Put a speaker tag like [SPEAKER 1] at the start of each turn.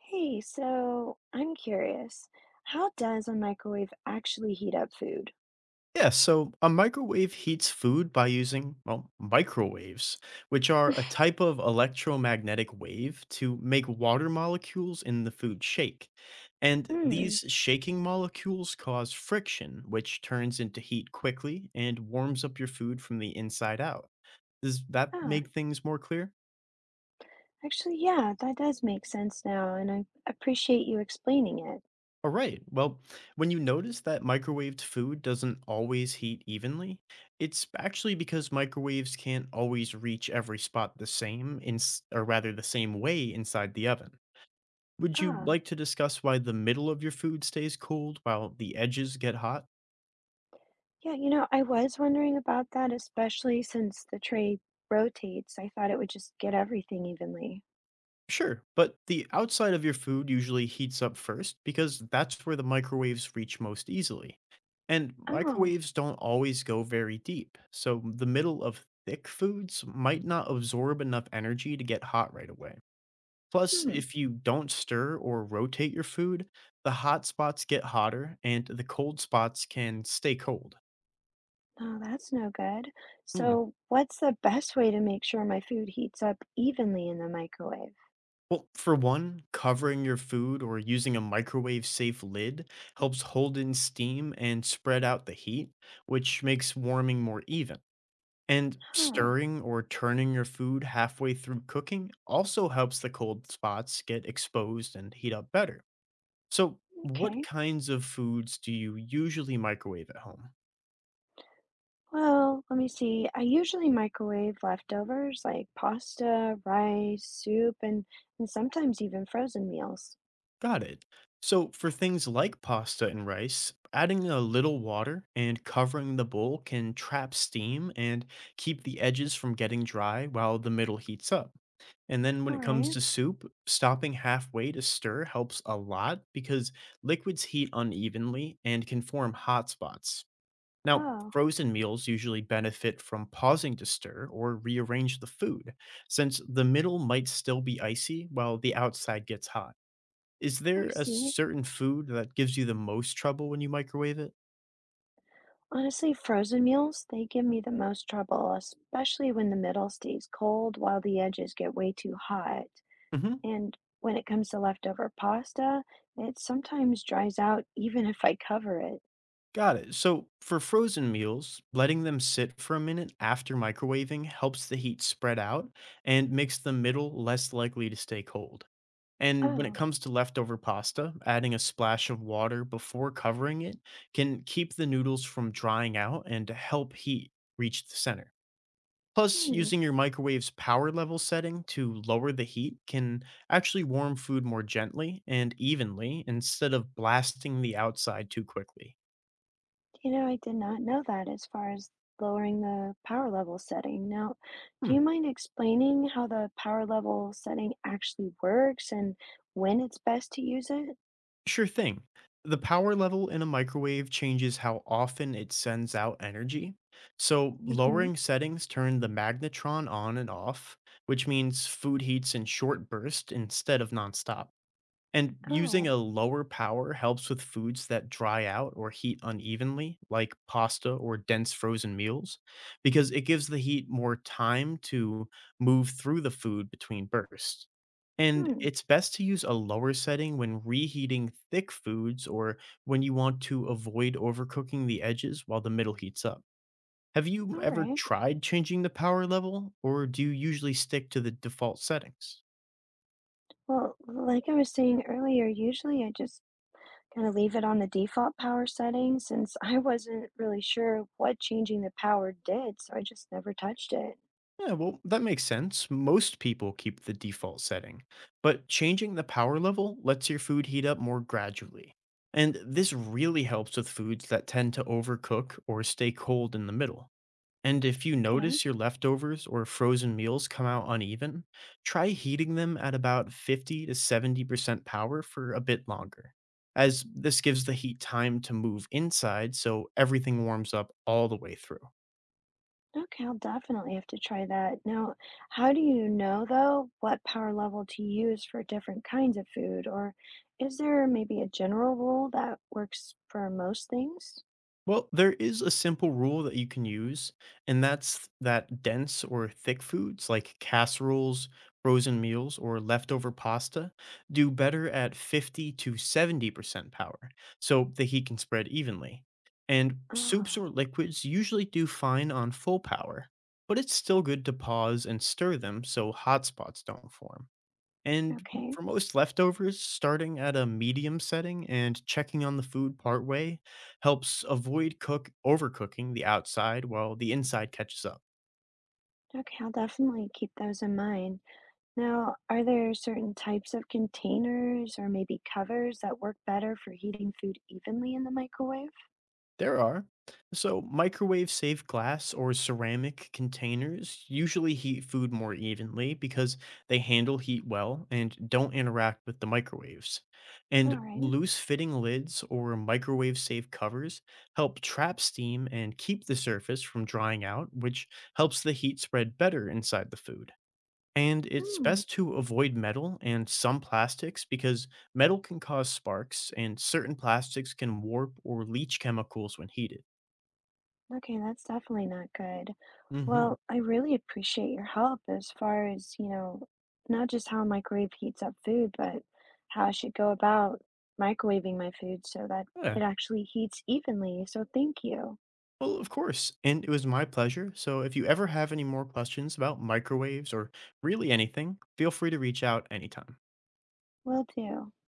[SPEAKER 1] Hey, so I'm curious, how does a microwave actually heat up food?
[SPEAKER 2] Yeah, so a microwave heats food by using, well, microwaves, which are a type of electromagnetic wave to make water molecules in the food shake. And
[SPEAKER 1] Hmm.
[SPEAKER 2] these shaking molecules cause friction, which turns into heat quickly and warms up your food from the inside out. Does that
[SPEAKER 1] Ah,
[SPEAKER 2] make things more clear?
[SPEAKER 1] actually, yeah, that does make sense now, and I appreciate you explaining it.
[SPEAKER 2] All right. Well, when you notice that microwaved food doesn't always heat evenly, it's actually because microwaves can't always reach every spot the same, the same way inside the oven. Would you
[SPEAKER 1] Ah,
[SPEAKER 2] like to discuss why the middle of your food stays cold while the edges get hot?
[SPEAKER 1] yeah, I was wondering about that, especially since the tray rotates. I thought it would just get everything evenly.
[SPEAKER 2] Sure, but the outside of your food usually heats up first because that's where the microwaves reach most easily. And
[SPEAKER 1] Oh,
[SPEAKER 2] microwaves don't always go very deep, so the middle of thick foods might not absorb enough energy to get hot right away. Plus,
[SPEAKER 1] hmm.
[SPEAKER 2] if you don't stir or rotate your food, the hot spots get hotter and the cold spots can stay cold.
[SPEAKER 1] Oh, that's no good.
[SPEAKER 2] Hmm.
[SPEAKER 1] So, what's the best way to make sure my food heats up evenly in the microwave?
[SPEAKER 2] Well, for one, covering your food or using a microwave safe lid helps hold in steam and spread out the heat, which makes warming more even. And
[SPEAKER 1] Huh,
[SPEAKER 2] stirring or turning your food halfway through cooking also helps the cold spots get exposed and heat up better. So, what
[SPEAKER 1] okay.
[SPEAKER 2] kinds of foods do you usually microwave at home?
[SPEAKER 1] Well, let me see. I usually microwave leftovers like pasta, rice, soup, and sometimes even frozen meals.
[SPEAKER 2] Got it. So, for things like pasta and rice, adding a little water and covering the bowl can trap steam and keep the edges from getting dry while the middle heats up. And then when
[SPEAKER 1] All
[SPEAKER 2] it comes
[SPEAKER 1] right.
[SPEAKER 2] to soup, stopping halfway to stir helps a lot because liquids heat unevenly and can form hot spots. Now,
[SPEAKER 1] Oh,
[SPEAKER 2] frozen meals usually benefit from pausing to stir or rearrange the food, since the middle might still be icy while the outside gets hot. Is
[SPEAKER 1] I
[SPEAKER 2] there a
[SPEAKER 1] see.
[SPEAKER 2] certain food that gives you the most trouble when you microwave it?
[SPEAKER 1] Honestly, frozen meals, they give me the most trouble, especially when the middle stays cold while the edges get way too hot.
[SPEAKER 2] Hmm.
[SPEAKER 1] And when it comes to leftover pasta, it sometimes dries out even if I cover it.
[SPEAKER 2] Got it. So, for frozen meals, letting them sit for a minute after microwaving helps the heat spread out and makes the middle less likely to stay cold. And when it
[SPEAKER 1] Oh,
[SPEAKER 2] comes to leftover pasta, adding a splash of water before covering it can keep the noodles from drying out and help heat reach the center. Plus,
[SPEAKER 1] hmm.
[SPEAKER 2] using your microwave's power level setting to lower the heat can actually warm food more gently and evenly instead of blasting the outside too quickly.
[SPEAKER 1] You know, I did not know that as far as lowering the power level setting. Now, do
[SPEAKER 2] Hmm,
[SPEAKER 1] you mind explaining how the power level setting actually works and when it's best to use it?
[SPEAKER 2] sure thing. The power level in a microwave changes how often it sends out energy. So,
[SPEAKER 1] Mm-hmm.
[SPEAKER 2] lowering settings turn the magnetron on and off, which means food heats in short bursts instead of nonstop. And using
[SPEAKER 1] Oh,
[SPEAKER 2] a lower power helps with foods that dry out or heat unevenly, like pasta or dense frozen meals, because it gives the heat more time to move through the food between bursts. And
[SPEAKER 1] hmm.
[SPEAKER 2] it's best to use a lower setting when reheating thick foods or when you want to avoid overcooking the edges while the middle heats up. Have you
[SPEAKER 1] All
[SPEAKER 2] ever
[SPEAKER 1] right.
[SPEAKER 2] tried changing the power level, or do you usually stick to the default settings?
[SPEAKER 1] Well, like I was saying earlier, usually I just kind of leave it on the default power setting since I wasn't really sure what changing the power did, so I just never touched it.
[SPEAKER 2] Yeah, well, that makes sense. Most people keep the default setting, but changing the power level lets your food heat up more gradually. And this really helps with foods that tend to overcook or stay cold in the middle. And if you
[SPEAKER 1] Okay.
[SPEAKER 2] notice your leftovers or frozen meals come out uneven, try heating them at about 50 to 70% power for a bit longer, as this gives the heat time to move inside so everything warms up all the way through.
[SPEAKER 1] Okay, I'll definitely have to try that. Now, how do you know though what power level to use for different kinds of food? Or is there maybe a general rule that works for most things?
[SPEAKER 2] Well, there is a simple rule that you can use, and that's that dense or thick foods like casseroles, frozen meals, or leftover pasta do better at 50 to 70% power, so the heat can spread evenly. And soups
[SPEAKER 1] Ah,
[SPEAKER 2] or liquids usually do fine on full power, but it's still good to pause and stir them so hot spots don't form. And
[SPEAKER 1] okay.
[SPEAKER 2] for most leftovers, starting at a medium setting and checking on the food partway helps avoid cook overcooking the outside while the inside catches up.
[SPEAKER 1] Okay, I'll definitely keep those in mind. Now, are there certain types of containers or maybe covers that work better for heating food evenly in the microwave?
[SPEAKER 2] There are. So, microwave safe glass or ceramic containers usually heat food more evenly because they handle heat well and don't interact with the microwaves.
[SPEAKER 1] All
[SPEAKER 2] And
[SPEAKER 1] right.
[SPEAKER 2] loose fitting lids or microwave safe covers help trap steam and keep the surface from drying out, which helps the heat spread better inside the food. And it's
[SPEAKER 1] Hmm.
[SPEAKER 2] best to avoid metal and some plastics because metal can cause sparks and certain plastics can warp or leach chemicals when heated.
[SPEAKER 1] Okay, that's definitely not good.
[SPEAKER 2] Hmm.
[SPEAKER 1] Well, I really appreciate your help as far as, you know, not just how a microwave heats up food, but how I should go about microwaving my food so that it
[SPEAKER 2] Yeah.
[SPEAKER 1] actually heats evenly. So thank you.
[SPEAKER 2] Well, of course. And it was my pleasure. So if you ever have any more questions about microwaves or really anything, feel free to reach out anytime.
[SPEAKER 1] Will do.